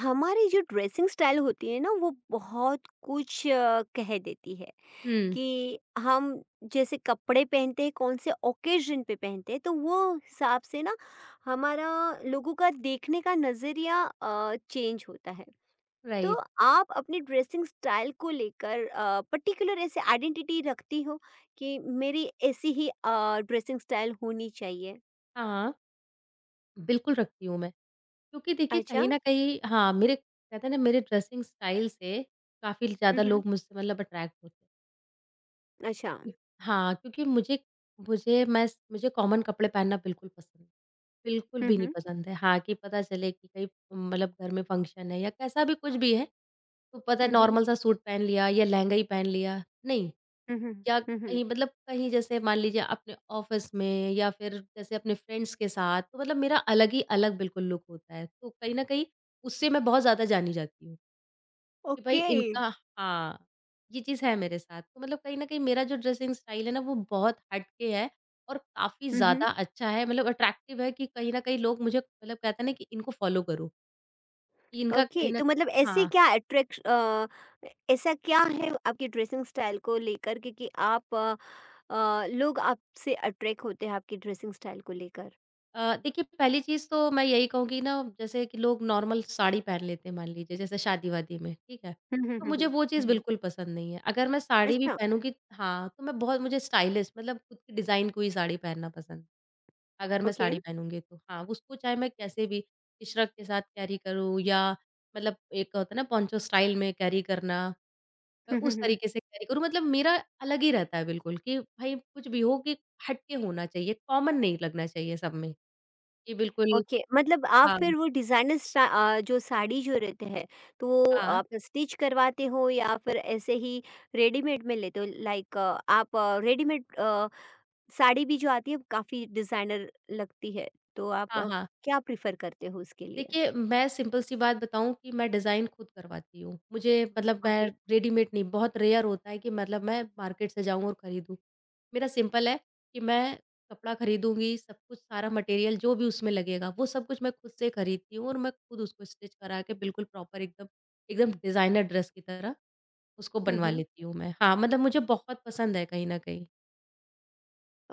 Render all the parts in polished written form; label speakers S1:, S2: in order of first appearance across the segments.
S1: हमारी जो dressing style होती है ना वो बहुत कुछ कह देती है
S2: हुँ,
S1: कि हम जैसे कपड़े पहनते हैं, कौन से ओकेजन पे पहनते हैं, तो वो हिसाब से ना हमारा लोगों का देखने का नज़रिया चेंज होता है। तो
S2: राइट।
S1: आप अपनी ड्रेसिंग स्टाइल को लेकर पर्टिकुलर ऐसे आइडेंटिटी रखती हो कि मेरी ऐसी ही ड्रेसिंग स्टाइल होनी चाहिए।
S2: हाँ, बिल्कुल रखती हूँ मैं। क्योंकि देखिए
S1: अच्छा।
S2: कहीं न कहीं हाँ, मेरे कहते हैं ना मेरे ड्रेसिंग स्टाइल से काफ़ी ज़्यादा
S1: हम्म।
S2: लोग मुझसे मतलब अट्रैक्ट होते
S1: अच्छा।
S2: हैं। हाँ, क्योंकि मुझे मुझे मैं मुझे कॉमन कपड़े पहनना बिल्कुल पसंद नहीं बिल्कुल
S1: हम्म।
S2: भी नहीं
S1: हम्म।
S2: पसंद है। हाँ, कि पता चले कि कहीं मतलब घर में फ़ंक्शन है या कैसा भी कुछ भी है, तो पता है
S1: हम्म।
S2: नॉर्मल सा सूट पहन लिया या लहंगा ही पहन लिया, नहीं।
S1: हम्म। हम्म।
S2: या
S1: हम्म।
S2: कहीं मतलब कहीं जैसे मान लीजिए अपने ऑफिस में या फिर जैसे अपने फ्रेंड्स के साथ, तो मतलब मेरा अलग ही अलग बिल्कुल लुक होता है। तो कहीं न कहीं उससे मैं बहुत ज़्यादा जानी जाती हूँ कि भई
S1: ओके।
S2: इनका हाँ, ये चीज़ है मेरे साथ। तो मतलब कहीं न कहीं मेरा जो ड्रेसिंग स्टाइल है ना वो बहुत हट के है और काफ़ी
S1: हुँ, हुँ।
S2: ज़्यादा अच्छा है मतलब अट्रैक्टिव है कि कहीं न कहीं लोग मुझे मतलब कहते हैं ना कि इनको फ़ॉलो करो, कि इनका कहीं
S1: ओके,
S2: न
S1: तो मतलब ऐसे
S2: हाँ।
S1: क्या अट्रैक्श अ, ऐसा क्या है आपके ड्रेसिंग स्टाइल को लेकर के कि लोग आपसे अट्रैक्ट होते हैं आपकी ड्रेसिंग स्टाइल को लेकर?
S2: अ, देखिए पहली चीज़ तो मैं यही कहूँगी ना जैसे कि लोग नॉर्मल साड़ी पहन लेते हैं मान लीजिए जैसे शादी-वादी में, ठीक है?
S1: हुँ, हुँ,
S2: तो
S1: हुँ, हुँ।
S2: मुझे वो
S1: हुँ,
S2: चीज़
S1: हुँ।
S2: बिल्कुल पसंद नहीं है। अगर मैं साड़ी भी
S1: अच्छा,
S2: पहनूँगी हाँ, तो मैं बहुत मुझे स्टाइलिश मतलब खुद की डिज़ाइन कोई साड़ी पहनना पसंद अगर मैं
S1: ओके।
S2: साड़ी पहनूँगी तो। हाँ, उसको चाहे मैं कैसे भी इशरक के साथ कैरी करूँ या मतलब एक होता है ना पोंचो स्टाइल में कैरी करना, मैं
S1: हुँ, हुँ,
S2: उस
S1: हुँ।
S2: तरीके से कैरी करूँ मतलब मेरा अलग ही रहता है बिल्कुल कि भाई कुछ भी हो कि हट के होना चाहिए, कॉमन नहीं लगना चाहिए सब में। जी, बिल्कुल।
S1: ओके, मतलब आप
S2: हाँ,
S1: फिर वो जो साड़ी जो रहते हैं, तो वो
S2: हाँ,
S1: आप स्टिच करवाते हो या फिर ऐसे ही रेडीमेड में लेते हो? लाइक, आप रेडीमेड साड़ी भी जो आती है काफ़ी डिज़ाइनर लगती है, तो आप
S2: हाँ, हाँ।
S1: क्या प्रेफ़र करते हो उसके लिए?
S2: देखिए, मैं सिंपल सी बात बताऊँ कि मैं डिज़ाइन खुद करवाती हूँ। मुझे मतलब मैं
S1: ओके।
S2: रेडीमेड नहीं बहुत रेयर होता है कि मतलब मैं मार्केट से जाऊँ और खरीदूँ। मेरा सिंपल है कि मैं कपड़ा खरीदूँगी, सब कुछ सारा मटेरियल जो भी उसमें लगेगा, वो सब कुछ मैं खुद से खरीदती हूँ और मैं खुद उसको स्टिच करा के बिल्कुल प्रॉपर एकदम एकदम डिज़ाइनर ड्रेस की तरह उसको
S1: हुँ,
S2: बनवा
S1: हुँ।
S2: लेती हूँ मैं। हाँ, मतलब मुझे बहुत पसंद है कहीं न कहीं।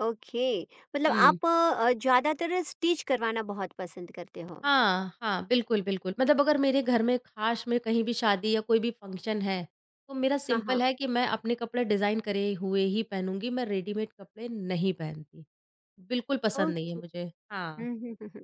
S1: ओके, मतलब
S2: हुँ।
S1: आप ज़्यादातर स्टिच करवाना बहुत पसंद करते हो।
S2: हाँ, हाँ, बिल्कुल, बिल्कुल। मतलब अगर मेरे घर में ख़ास में कहीं भी शादी या कोई भी फंक्शन है, तो मेरा
S1: हाँ,
S2: सिंपल
S1: हाँ।
S2: है कि मैं अपने कपड़े डिज़ाइन करे हुए ही पहनूँगी, मैं रेडीमेड कपड़े नहीं पहनती। बिल्कुल पसंद नहीं है
S1: ओके।
S2: मुझे। हाँ,
S1: हुँ, हुँ, हुँ, हुँ।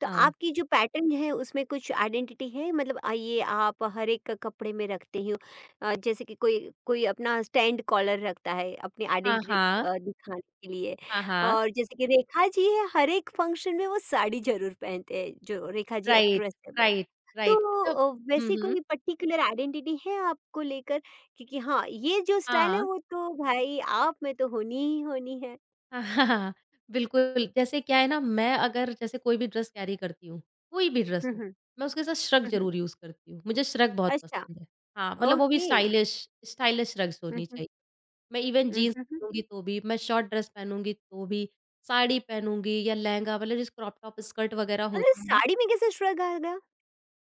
S1: तो
S2: हाँ।
S1: आपकी जो पैटर्न है उसमें कुछ आइडेंटिटी है, मतलब ये आप हर एक कपड़े में रखते हो। जैसे कि कोई कोई अपना स्टैंड कॉलर रखता है अपनी
S2: हाँ,
S1: आइडेंटिटी
S2: हाँ।
S1: दिखाने के लिए।
S2: हाँ, हाँ।
S1: और जैसे कि रेखा जी है, हर एक फंक्शन में वो साड़ी जरूर पहनते हैं, जो रेखा जी
S2: राइट,
S1: एक्ट्रेस है वो।
S2: Right, right. अच्छा
S1: तो
S2: हुँ,
S1: वैसे
S2: हुँ।
S1: कोई पर्टिकुलर आइडेंटिटी है आपको लेकर? क्योंकि हाँ, ये जो स्टाइल है
S2: हाँ।
S1: वो तो भाई आप में तो होनी ही होनी है।
S2: हाँ, बिल्कुल, जैसे क्या है ना मैं अगर जैसे कोई भी ड्रेस कैरी करती हूँ, कोई भी ड्रेस
S1: हम्म।
S2: हो,
S1: हम्म।
S2: मैं उसके साथ श्रग ज़रूर यूज़ करती हूँ, मुझे श्रग बहुत
S1: अच्छा।
S2: पसंद है। हाँ, मतलब वो भी
S1: ओके।
S2: स्टाइलिश स्टाइलिश श्रग्स
S1: हम्म।
S2: होनी
S1: हम्म।
S2: चाहिए। मैं इवन
S1: हम्म।
S2: जीन्स
S1: हम्म।
S2: पहनूँगी तो भी, मैं शॉर्ट ड्रेस पहनूँगी तो भी, साड़ी पहनूँगी या लहंगा मतलब जिस क्रॉप टॉप स्कर्ट वगैरह
S1: मतलब
S2: होता है
S1: साड़ी में कैसे श्रग आ गया?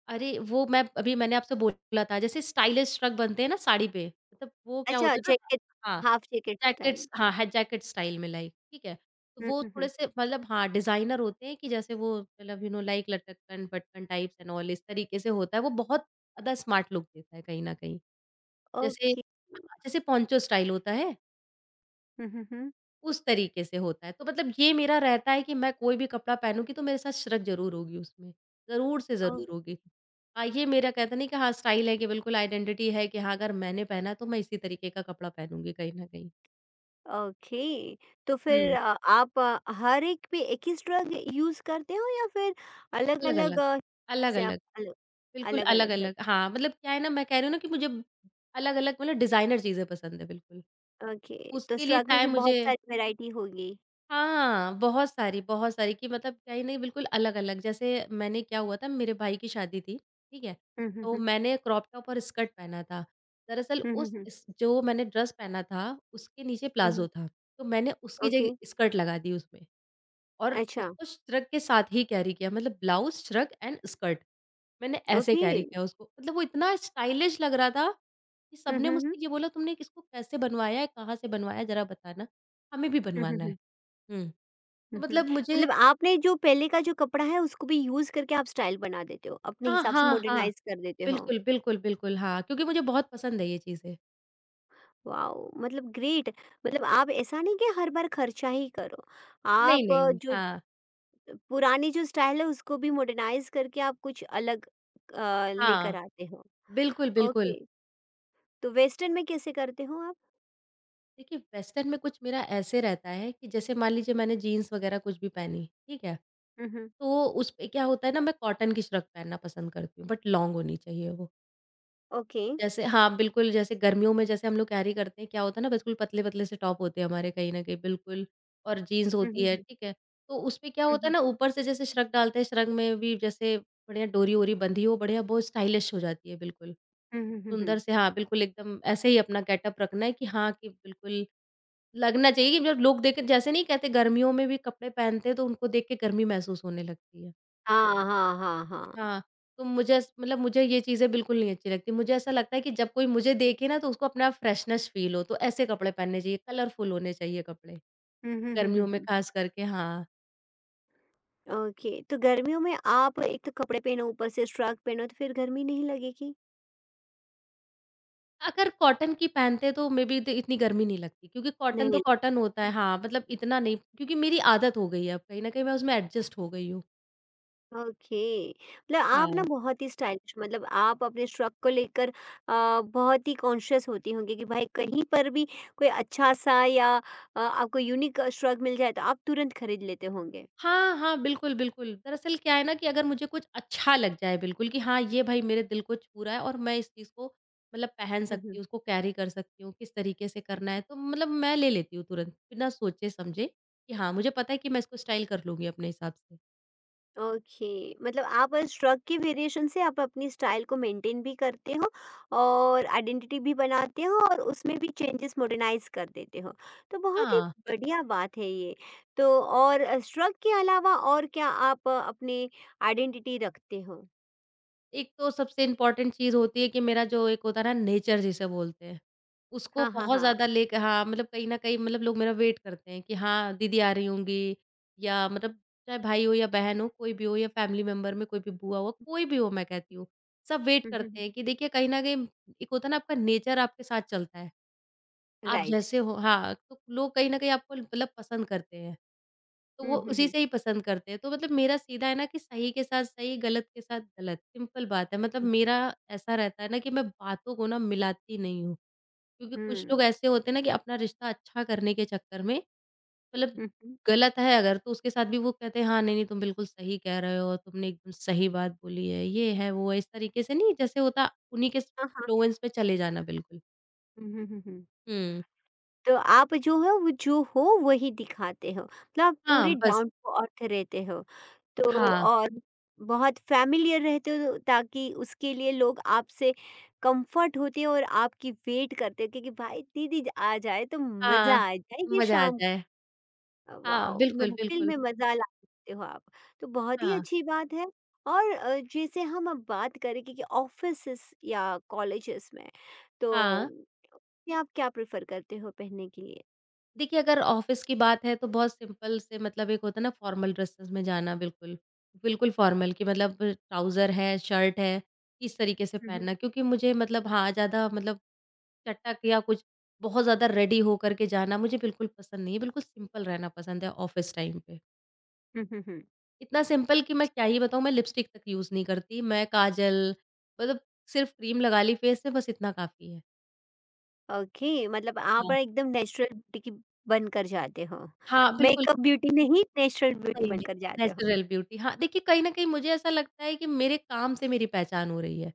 S2: अरे, वो मैं अभी मैंने आपसे बोला था, जैसे स्टाइलिश श्रग बनते हैं ना साड़ी पे, मतलब वो क्या
S1: अच्छा,
S2: होता है ना
S1: जैकेट,
S2: हाँ,
S1: हाफ जैकेट
S2: जैकेट्स
S1: स्टाइल।
S2: हाँ, है जैकेट स्टाइल में लाइक, ठीक है? तो
S1: हुँ,
S2: वो
S1: हुँ, हुँ।
S2: थोड़े-से मतलब हाँ, डिज़ाइनर होते हैं कि जैसे वो मतलब यू नो लाइक लटकन-फटकन टाइप्स एंड ऑल इस तरीके से होता है, वो बहुत ज़्यादा स्मार्ट लुक देता है कहीं न कहीं। जैसे
S1: ओके।
S2: हाँ, जैसे पोंचो स्टाइल होता है।
S1: हुँ, हुँ, हुँ।
S2: उस तरीके से होता है। तो मतलब ये मेरा रहता है कि मैं कोई भी कपड़ा पहनूँगी तो मेरे साथ शरक ज़रूर होगी उसमें, ज़रूर से
S1: ओ
S2: ज़रूर होगी। हाँ, ये मेरा कहते नहीं कि हाँ स्टाइल है कि बिल्कुल आइडेंटिटी है कि हाँ अगर मैंने पहना तो मैं इसी तरीके का कपड़ा पहनूँगी कहीं न कहीं।
S1: ओके। तो फिर
S2: हुँ,
S1: आप हर एक पे एक ही श्रग यूज़ करते हो या फिर अलग-अलग
S2: अलग-अलग,
S1: अ, से आप
S2: अलग-अलग। बिल्कुल
S1: अलग-अलग
S2: अलग-अलग
S1: रखते हो?
S2: हाँ, मतलब क्या है ना मैं कह रही हूँ ना कि मुझे अलग-अलग मतलब डिज़ाइनर चीज़ें पसंद है बिल्कुल।
S1: ओके, तो
S2: उसके लिए
S1: श्रग में
S2: चाहे
S1: भी बहुत
S2: मुझे
S1: सारी वैरायटी होगी।
S2: हाँ, बहुत सारी कि मतलब कहीं न बिल्कुल अलग-अलग। जैसे मैंने क्या हुआ था मेरे भाई की शादी थी, ठीक है?
S1: हुँ, हुँ,
S2: तो
S1: हुँ।
S2: मैंने क्रॉप टॉप और स्कर्ट पहना था। दरअसल
S1: हुँ, हुँ,
S2: उस
S1: हुँ।
S2: इस जो मैंने ड्रेस पहना था, उसके नीचे
S1: हुँ,
S2: प्लाज़ो
S1: हुँ।
S2: था। तो मैंने उसकी
S1: ओके,
S2: जगह स्कर्ट लगा दी उसमें और
S1: अच्छा,
S2: उसको श्रग के साथ ही कैरी किया मतलब ब्लाउज़, श्रग एंड स्कर्ट। मैंने ऐसे
S1: ओके।
S2: कैरी किया उसको। मतलब वो इतना स्टाइलिश लग रहा था कि
S1: हुँ,
S2: सबने
S1: हुँ, हुँ।
S2: मुझसे ये बोला तुमने इसको कैसे बनवाया है? कहाँ से बनवाया है? ज़रा बताना, हमें भी
S1: हुँ, हुँ,
S2: बनवाना है।
S1: हुँ।
S2: हुँ। तो
S1: हुँ, हुँ।
S2: मतलब मुझे
S1: मतलब आपने जो पहले का जो कपड़ा है उसको भी यूज़ करके आप स्टाइल बना देते हो, अपने
S2: हाँ,
S1: हिसाब से
S2: हाँ, हाँ।
S1: मॉडर्नाइज़ कर देते हो।
S2: बिल्कुल, बिल्कुल, बिल्कुल, हाँ, क्योंकि मुझे बहुत पसंद है ये चीज़ें।
S1: वॉव! मतलब ग्रेट। मतलब आप ऐसा नहीं कि हर बार खर्चा ही करो।
S2: नहीं,
S1: आप
S2: नहीं, नहीं।
S1: जो
S2: हाँ,
S1: पुरानी जो स्टाइल है उसको भी मॉडर्नाइज़ करके आप कुछ अलग
S2: हाँ,
S1: लेकर आते हो।
S2: बिल्कुल, बिल्कुल।
S1: ओके, तो वेस्टर्न में कैसे करते हो आप?
S2: देखिए, वेस्टर्न में कुछ मेरा ऐसे रहता है कि जैसे मान लीजिए मैंने जीन्स वगैरह कुछ भी पहनी, ठीक है?
S1: हुँ, हुँ।
S2: तो उस पे क्या होता है ना, मैं कॉटन की श्रग पहनना पसंद करती हूँ, बट लॉन्ग होनी चाहिए वो।
S1: ओके।
S2: जैसे हाँ, बिल्कुल, जैसे गर्मियों में जैसे हम लोग कैरी करते हैं, क्या होता है ना, बिल्कुल पतले-पतले से टॉप होते हैं हमारे कहीं न कहीं, बिल्कुल और जीन्स
S1: हुँ,
S2: होती
S1: हुँ,
S2: है,
S1: हुँ।
S2: ठीक है? तो उसमें क्या
S1: हुँ,
S2: होता है
S1: हुँ।
S2: ना, ऊपर से जैसे श्रग डालते हैं, श्रग में भी जैसे बढ़िया डोरी-वोरी बंधी हो, बढ़िया बहुत स्टाइलिश हो जाती है, बिल्कुल।
S1: हुँ, हुँ, हुँ,
S2: सुंदर
S1: हुँ।
S2: से हाँ, बिल्कुल एकदम ऐसे ही अपना गेटअप रखना है कि हाँ, कि बिल्कुल लगना चाहिए कि जब लोग देखें जैसे नहीं कहते गर्मियों में भी कपड़े पहनते हैं, तो उनको देख के गर्मी महसूस होने लगती है।
S1: हाँ, हाँ, हाँ, हाँ।
S2: हाँ, तो मुझे ऐस मतलब मुझे ये चीज़ें बिल्कुल नहीं अच्छी लगती। मुझे ऐसा लगता है कि जब कोई मुझे देखे ना तो उसको अपना फ्रेशनेस फ़ील हो, तो ऐसे कपड़े पहनने चाहिए, कलरफुल होने चाहिए कपड़े।
S1: हुँ, हुँ, हुँ, हुँ,
S2: गर्मियों में
S1: हुँ।
S2: ख़ास करके हाँ,
S1: ओके, तो गर्मियों में आप एक तो कपड़े पहनो, ऊपर से स्ट्रग पहनो, तो फिर गर्मी नहीं लगेगी?
S2: अगर कॉटन की पहनते हैं तो मे बी इत इतनी गर्मी नहीं लगती क्योंकि कॉटन तो
S1: नहीं।
S2: कॉटन होता है हाँ, मतलब इतना नहीं क्योंकि मेरी आदत हो गई है अब कहीं न कहीं मैं उसमें एडजस्ट हो गई हूँ।
S1: ओके, मतलब आप ना
S2: हाँ।
S1: बहुत ही स्टाइलिश, मतलब आप अपने स्ट्रग को लेकर बहुत ही कॉन्शियस होती होंगी कि भाई कहीं पर भी कोई अच्छा-सा या आपको यूनिक स्ट्रग मिल जाए, तो आप तुरंत खरीद लेते होंगे।
S2: हाँ, हाँ, बिल्कुल, बिल्कुल। दरअसल क्या है ना कि अगर मुझे कुछ अच्छा लग जाए बिल्कुल कि हाँ, ये भाई मेरे दिल को छू रहा है और मैं इस चीज़ को मतलब पहन
S1: हुँ,
S2: सकती
S1: हुँ।
S2: हूँ, उसको कैरी कर सकती हूँ, किस तरीके से करना है, तो मतलब मैं ले लेती हूँ तुरंत, बिना सोचे-समझे कि हाँ, मुझे पता है कि मैं इसको स्टाइल कर लूँगी अपने हिसाब से।
S1: ओके, मतलब आप श्रग के वेरिएशन से आप अपनी स्टाइल को मेंटेन भी करते हो और आइडेंटिटी भी बनाते हो, और उसमें भी चेंजेस मॉडर्नाइज कर देते हो। तो बहुत ही
S2: हाँ।
S1: बढ़िया बात है ये। तो और श्रग के अलावा और क्या आप अपने आइडेंटिटी रखते हो?
S2: एक तो सबसे इम्पोर्टेंट चीज़ होती है कि मेरा जो एक होता है ना नेचर जिसे बोलते हैं, उसको
S1: हाँ, हाँ,
S2: बहुत
S1: हाँ।
S2: ज़्यादा लेके हाँ, मतलब कहीं न कहीं मतलब लोग मेरा वेट करते हैं कि हाँ, दीदी आ रही होंगी या मतलब चाहे भाई हो या बहन हो, कोई भी हो या फैमिली मेंबर में कोई भी बुआ हुआ, कोई भी हो मैं कहती हूँ। सब वेट
S1: हम्म। हम्म।
S2: करते हैं कि देखिए कहीं न कहीं एक होता है ना आपका नेचर आपके साथ चलता है। आप
S1: राइट।
S2: जैसे हो हाँ, तो लोग कहीं न कहीं आपको मतलब पसंद करते हैं। तो
S1: हम्म।
S2: वो
S1: right. हम्म।
S2: उसी
S1: हम्म।
S2: से ही पसंद करते हैं। तो मतलब मेरा सीधा है ना कि सही के साथ सही, गलत के साथ गलत, सिंपल बात है। मतलब
S1: हम्म।
S2: मेरा ऐसा रहता है ना कि मैं बातों को ना मिलाती नहीं हूँ। क्योंकि कुछ
S1: हम्म,
S2: लोग ऐसे होते हैं ना कि अपना रिश्ता अच्छा करने के चक्कर में मतलब
S1: हम्म, हम्म,
S2: गलत है अगर तो उसके साथ भी वो कहते हैं, "हाँ, नहीं, नहीं, तुम बिल्कुल सही कह रहे हो, तुमने एकदम सही बात बोली है।" ये है, वो है, इस तरीके से नहीं जैसे होता उन्हीं के स
S1: हाँ, हाँ।
S2: इन्फ्लुएंस में चले जाना बिल्कुल।
S1: हम्म। हम्म। हम्म। हम्म।
S2: हुँ।
S1: तो आप जो हो वो जो हो वही दिखाते हो, मतलब आप
S2: हाँ,
S1: पूरे
S2: बस।
S1: डाउन टू अर्थ रहते हो। तो
S2: हाँ,
S1: और बहुत फैमिलियर रहते हो तो, ताकि उसके लिए लोग आपसे कंफर्ट होते हैं और आपकी वेट करते हैं, क्योंकि भाई दीदी आ जाए तो मज़ा
S2: हाँ,
S1: आ जाएगी
S2: मज़ा आ
S1: शाम को।
S2: जाए। हाँ,
S1: वाह!
S2: बिल्कुल,
S1: महफ़िल
S2: बिल्कुल।
S1: में मज़ा ला सकते हो आप। तो बहुत ही
S2: हाँ,
S1: अच्छी बात है। और जैसे हम अब बात करें कि ऑफ़िसेस या कॉलेजेस में,
S2: हाँ।
S1: तो आप क्या प्रेफ़र करते हो पहनने के लिए?
S2: देखिए अगर ऑफ़िस की बात है तो बहुत सिंपल से मतलब एक होता है ना फ़ॉर्मल ड्रेसेस में जाना बिल्कुल, बिल्कुल फ़ॉर्मल कि मतलब ट्राउज़र है, शर्ट है, इस तरीके से
S1: हुँ, हुँ।
S2: पहनना क्योंकि मुझे मतलब हाँ, ज़्यादा मतलब चटक या कुछ बहुत ज़्यादा रेडी होकर के जाना मुझे बिल्कुल पसंद नहीं है, बिल्कुल सिंपल रहना पसंद है ऑफ़िस टाइम पे।
S1: हुँ, हुँ, हुँ।
S2: इतना सिंपल कि मैं क्या ही बताऊँ मैं लिपस्टिक तक यूज़ नहीं करती, मैं काजल मतलब सिर्फ़ क्रीम लगा ली फेस पे बस इतना काफ़ी है।
S1: ओके, मतलब आप
S2: हाँ।
S1: एकदम नेचुरल ब्यूटी की बनकर जाते हो।
S2: हाँ, बिल्कुल
S1: मेकअप ब्यूटी नहीं, नेचुरल ब्यूटी
S2: सही में
S1: बनकर जाते हो।
S2: नेचुरल ब्यूटी हाँ, देखिए कहीं न कहीं मुझे ऐसा लगता है कि मेरे काम से मेरी पहचान हो रही है,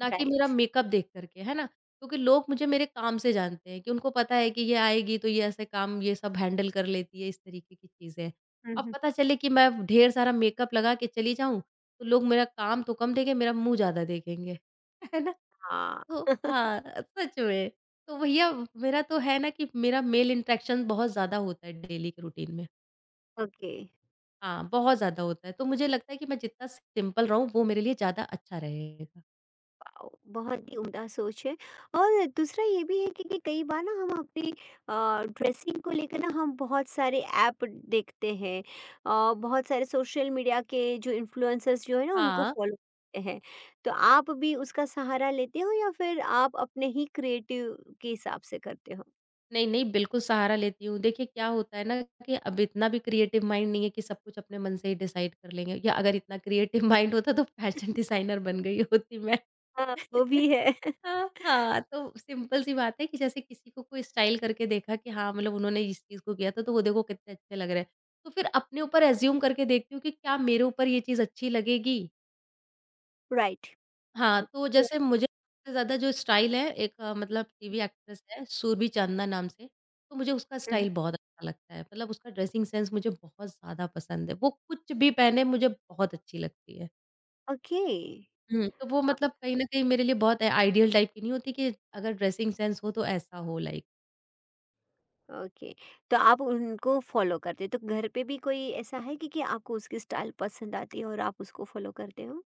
S2: ना कि मेरा
S1: राइट।
S2: मेकअप देख कर के, है ना? क्योंकि लोग मुझे मेरे काम से जानते हैं कि उनको पता है कि ये आएगी तो ये ऐसे काम ये सब हैंडल कर लेती है, इस तरीके की चीज़ें।
S1: हुँ,
S2: अब
S1: हुँ।
S2: पता चले कि मैं ढेर सारा मेकअप लगा के चली जाऊँ, तो लोग मेरा काम तो कम देखें, मेरा मुँह ज़्यादा देखेंगे, है ना?
S1: हाँ।
S2: तो हाँ, सच में। तो भैया मेरा तो है ना कि मेरा मेल इंटरेक्शन बहुत ज़्यादा होता है डेली के रूटीन में।
S1: ओके।
S2: हाँ, बहुत ज़्यादा होता है। तो मुझे लगता है कि मैं जितना सिंपल रहूँ वो मेरे लिए ज़्यादा अच्छा रहेगा।
S1: वाओ! बहुत ही उम्दा सोच है। और दूसरा ये भी है कि कई बार ना हम अपनी ड्रेसिंग को लेकर ना हम बहुत सारे ऐप देखते हैं, बहुत सारे सोशल मीडिया के जो इन्फ्लुएंसर्स जो है ना उनको
S2: हाँ,
S1: फॉलो करते हैं। तो आप भी उसका सहारा लेते हो या फिर आप अपने ही क्रिएटिव के हिसाब से करते हो?
S2: नहीं, नहीं बिल्कुल सहारा लेती हूँ। देखिए क्या होता है ना कि अब इतना भी क्रिएटिव माइंड नहीं है कि सब कुछ अपने मन से ही डिसाइड कर लेंगे या अगर इतना क्रिएटिव माइंड होता तो फैशन डिज़ाइनर बन गई होती मैं।
S1: हाँ, वो भी है।
S2: हाँ, हाँ, तो सिंपल सी बात है कि जैसे किसी को कोई स्टाइल करके देखा कि हाँ, मतलब उन्होंने इस चीज़ को किया था, तो वो देखो कितने अच्छे लग रहे हैं। तो फिर अपने ऊपर अज़्यूम करके देखती हूँ कि क्या मेरे ऊपर ये चीज़ अच्छी लगेगी?
S1: राइट।
S2: हाँ, तो
S1: तो
S2: जैसे मुझे सबसे ज़्यादा जो स्टाइल है एक मतलब टीवी एक्ट्रेस है सुरभि चांदना नाम से, तो मुझे उसका
S1: हुँ,
S2: स्टाइल बहुत अच्छा लगता है। मतलब उसका ड्रेसिंग सेंस मुझे बहुत ज़्यादा पसंद है। वो कुछ भी पहने मुझे बहुत अच्छी लगती है।
S1: ओके।
S2: हुँ। तो वो
S1: अ,
S2: मतलब कहीं न कहीं मेरे लिए बहुत आइडियल टाइप की नहीं होती कि अगर ड्रेसिंग सेंस हो तो ऐसा हो लाइक।
S1: ओके। तो आप उनको फ़ॉलो करते हो। तो घर पे भी कोई ऐसा है कि आपको उसकी स्टाइल पसंद आती है और आप उसको फ़ॉलो करते हो?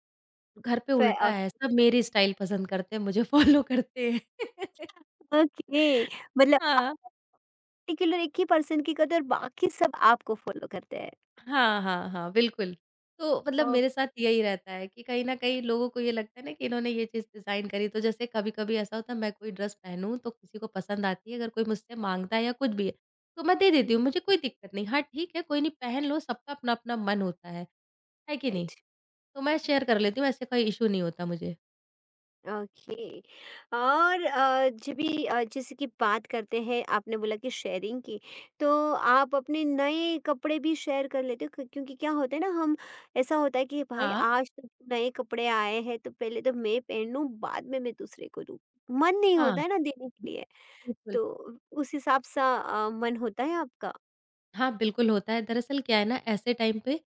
S2: घर पे
S1: फ़े
S2: उल्टा
S1: अ,
S2: है, सब मेरी स्टाइल पसंद करते हैं, मुझे फॉलो करते हैं।
S1: ओके, मतलब आप
S2: हाँ,
S1: पर्टिकुलर एक ही पर्सन की करते हो और बाकी सब आपको फ़ॉलो करते हैं।
S2: हाँ, हाँ, हाँ, बिल्कुल। तो मतलब मेरे
S1: ओके,
S2: साथ यही रहता है कि कहीं न कहीं लोगों को ये लगता है ना कि इन्होंने ये चीज़ डिज़ाइन करी, तो जैसे कभी-कभी ऐसा होता है मैं कोई ड्रेस पहनूँ तो किसी को पसंद आती है, अगर कोई मुझसे माँगता है या कुछ भी है, तो मैं दे देती हूँ, मुझे कोई दिक्कत नहीं। हाँ, ठीक है, कोई नहीं पहन लो, सबका अपना-अपना मन होता है कि नहीं?
S1: राइट।
S2: तो मैं शेयर कर लेती हूँ, ऐसे कोई इश्यू नहीं होता मुझे।
S1: ओके, और जब भी जैसे कि बात करते हैं, आपने बोला कि शेयरिंग की, तो आप अपने नए कपड़े भी शेयर कर लेते हो? क्योंकि क्या होता है ना हम, ऐसा होता है कि भाई
S2: हाँ,
S1: आज तो नए कपड़े आए हैं, तो पहले तो मैं पहन लूं, बाद में मैं दूसरे को दूं, मन नहीं
S2: हाँ,
S1: होता है ना देने के लिए।
S2: बिल्कुल।
S1: तो उस हिसाब सा मन होता है आपका?
S2: हाँ, बिल्कुल होता है। दरअसल क्या है ना ऐसे टाइम पे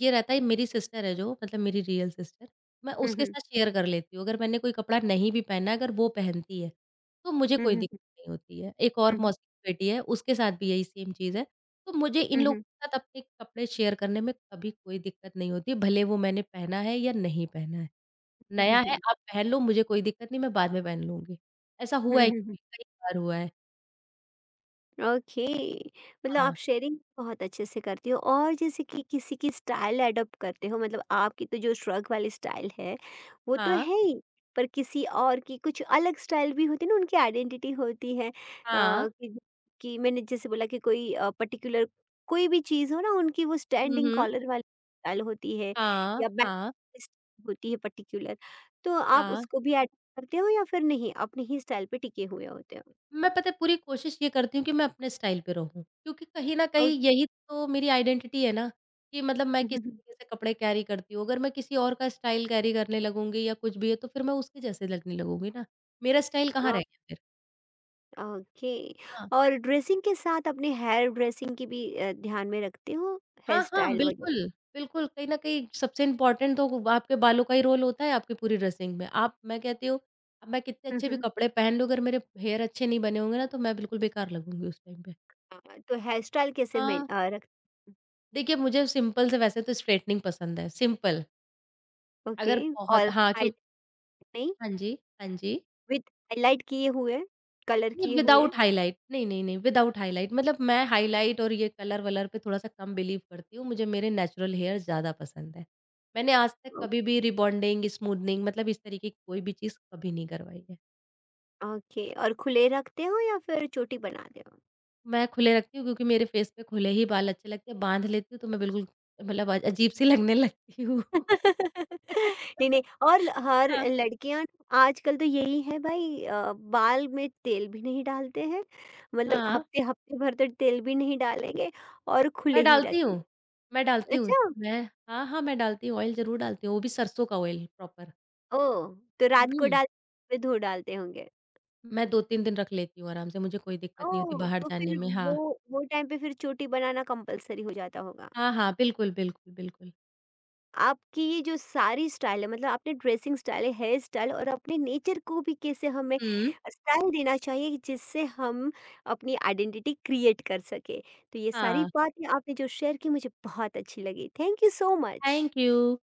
S2: ये रहता है मेरी सिस्टर है जो मतलब मेरी रियल सिस्टर, मैं
S1: हम्म।
S2: उसके
S1: हम्म।
S2: साथ शेयर कर लेती हूँ। अगर मैंने कोई कपड़ा नहीं भी पहना है अगर वो पहनती है, तो मुझे कोई
S1: हम्म।
S2: दिक्कत नहीं होती है। एक और
S1: हम्म।
S2: मौसी की बेटी है उसके साथ भी यही सेम चीज़ है। तो मुझे इन
S1: हम्म। हम्म।
S2: लोगों
S1: हम्म।
S2: के साथ अपने कपड़े शेयर करने में कभी कोई दिक्कत नहीं होती, भले वो मैंने पहना है या नहीं पहना है।
S1: हम्म।
S2: नया
S1: हम्म।
S2: है
S1: हम्म।
S2: आप पहन लो मुझे कोई दिक्कत नहीं मैं बाद में पहन लूँगी। ऐसा
S1: हम्म।
S2: हुआ है
S1: हम्म। हम्म।
S2: क्योंकि कई बार हुआ है।
S1: ओके, मतलब
S2: हाँ,
S1: आप शेयरिंग बहुत अच्छे से करती हो और जैसे कि किसी की स्टाइल अडॉप्ट करते हो। मतलब आपकी तो जो श्रग वाली स्टाइल है वो तो
S2: हाँ,
S1: है ही, पर किसी और की कुछ अलग स्टाइल भी होती है ना, उनकी आइडेंटिटी होती है।
S2: हाँ।
S1: कि, कि मैंने जैसे बोला कि कोई पर्टिकुलर कोई भी चीज़ हो ना, उनकी वो
S2: हुँ,
S1: स्टैंडिंग
S2: हुँ।
S1: कॉलर वाली स्टाइल होती है
S2: हाँ,
S1: या बैक
S2: हाँ,
S1: होती है पर्टिकुलर, तो आप
S2: हाँ।
S1: उसको भी ऐड करते हो या फिर नहीं, अपनी ही स्टाइल पे टिके हुए होते हो?
S2: मैं पता है पूरी कोशिश ये करती हूँ कि मैं अपने स्टाइल पे रहूँ, क्योंकि कहीं न कहीं
S1: ओके।
S2: यही तो मेरी आइडेंटिटी है ना, कि मतलब मैं किस तरीके से कपड़े कैरी करती हूँ। अगर मैं किसी और का स्टाइल कैरी करने लगूँगी या कुछ भी है, तो फिर मैं उसके जैसे लगने लगूँगी ना। मेरा स्टाइल कहाँ रह गया फिर?
S1: ओके।
S2: हाँ।
S1: और ड्रेसिंग के साथ अपने हेयर ड्रेसिंग की भी ध्यान में रखते हो? हेयर
S2: हाँ, हाँ,
S1: स्टाइल वगैरह।
S2: बिल्कुल। बिल्कुल, कहीं न कहीं सबसे इम्पोर्टेंट तो आपके बालों का ही रोल होता है आपकी पूरी ड्रेसिंग में। आप मैं कहती हूँ, अब मैं कितने अच्छे भी
S1: हम्म।
S2: कपड़े पहन लूँ, अगर मेरे हेयर अच्छे नहीं बने होंगे ना, तो मैं बिल्कुल बेकार लगूँगी उस टाइम पे।
S1: हाँ, तो हेयर स्टाइल कैसे मैं
S2: हाँ।
S1: अ, रख
S2: देखिए, मुझे सिंपल से वैसे तो स्ट्रेटनिंग पसंद है, सिंपल।
S1: ओके।
S2: अगर
S1: और
S2: बहुत हाँ, क्यों
S1: हाईलाइट? नहीं,
S2: हाँ जी, हाँ जी।
S1: विद हाईलाइट किए हुए, कलर
S2: नहीं,
S1: किए हुए।
S2: विदाउट हाइलाइट नहीं, नहीं, नहीं, विदाउट हाइलाइट मतलब मैं हाइलाइट और ये कलर-वलर पे थोड़ा-सा कम बिलीव करती हूँ, मुझे मेरे नेचुरल हेयर ज़्यादा पसंद है। मैंने आज तक
S1: ओ-
S2: कभी भी रिबॉन्डिंग, स्मूदनिंग मतलब इस तरीके की कोई भी चीज़ कभी नहीं करवाई है।
S1: ओके। और खुले रखते हो या फिर चोटी बनाते हो?
S2: मैं खुले रखती हूँ क्योंकि मेरे फेस पे खुले ही बाल अच्छे लगते हैं, बाँध लेती हूँ तो मैं बिल्कुल मतलब अजीब सी लगने लगती हूँ।
S1: नहीं, नहीं। और ल हर
S2: हाँ,
S1: लड़कियाँ आजकल तो यही है भाई, बाल में तेल भी नहीं डालते हैं, मतलब
S2: हाँ।
S1: हफ्ते हफ्ते भर तो तेल भी नहीं डालेंगे और खुले
S2: मैं
S1: ही
S2: डालती हूँ,
S1: रखेंगे।
S2: मैं डालती हूँ।
S1: अच्छा?
S2: मैं हाँ, हाँ, मैं डालती हूँ, ऑयल ज़रूर डालती हूँ, वो भी सरसों का ऑयल प्रॉपर।
S1: ओह! तो रात को
S2: हुँ,
S1: डाल, फिर धो डालते होंगे?
S2: मैं 2-3 दिन रख लेती हूँ आराम से, मुझे कोई दिक्कत नहीं होती
S1: ओह!
S2: बाहर
S1: तो
S2: जाने
S1: फिर
S2: में।
S1: वो
S2: हाँ।
S1: वो टाइम पे फिर चोटी बनाना कंपल्सरी हो जाता होगा।
S2: हाँ, हाँ, बिल्कुल, बिल्कुल, बिल्कुल।
S1: आपकी ये जो सारी स्टाइल है, मतलब आपने ड्रेसिंग स्टाइल है, हेयर स्टाइल, और अपने नेचर को भी कैसे हमें
S2: हुँ,
S1: स्टाइल देना चाहिए जिससे हम अपनी आइडेंटिटी क्रिएट कर सके, तो ये सारी
S2: हाँ,
S1: बातें आपने जो शेयर की मुझे बहुत अच्छी लगी। Thank you so much.
S2: Thank you.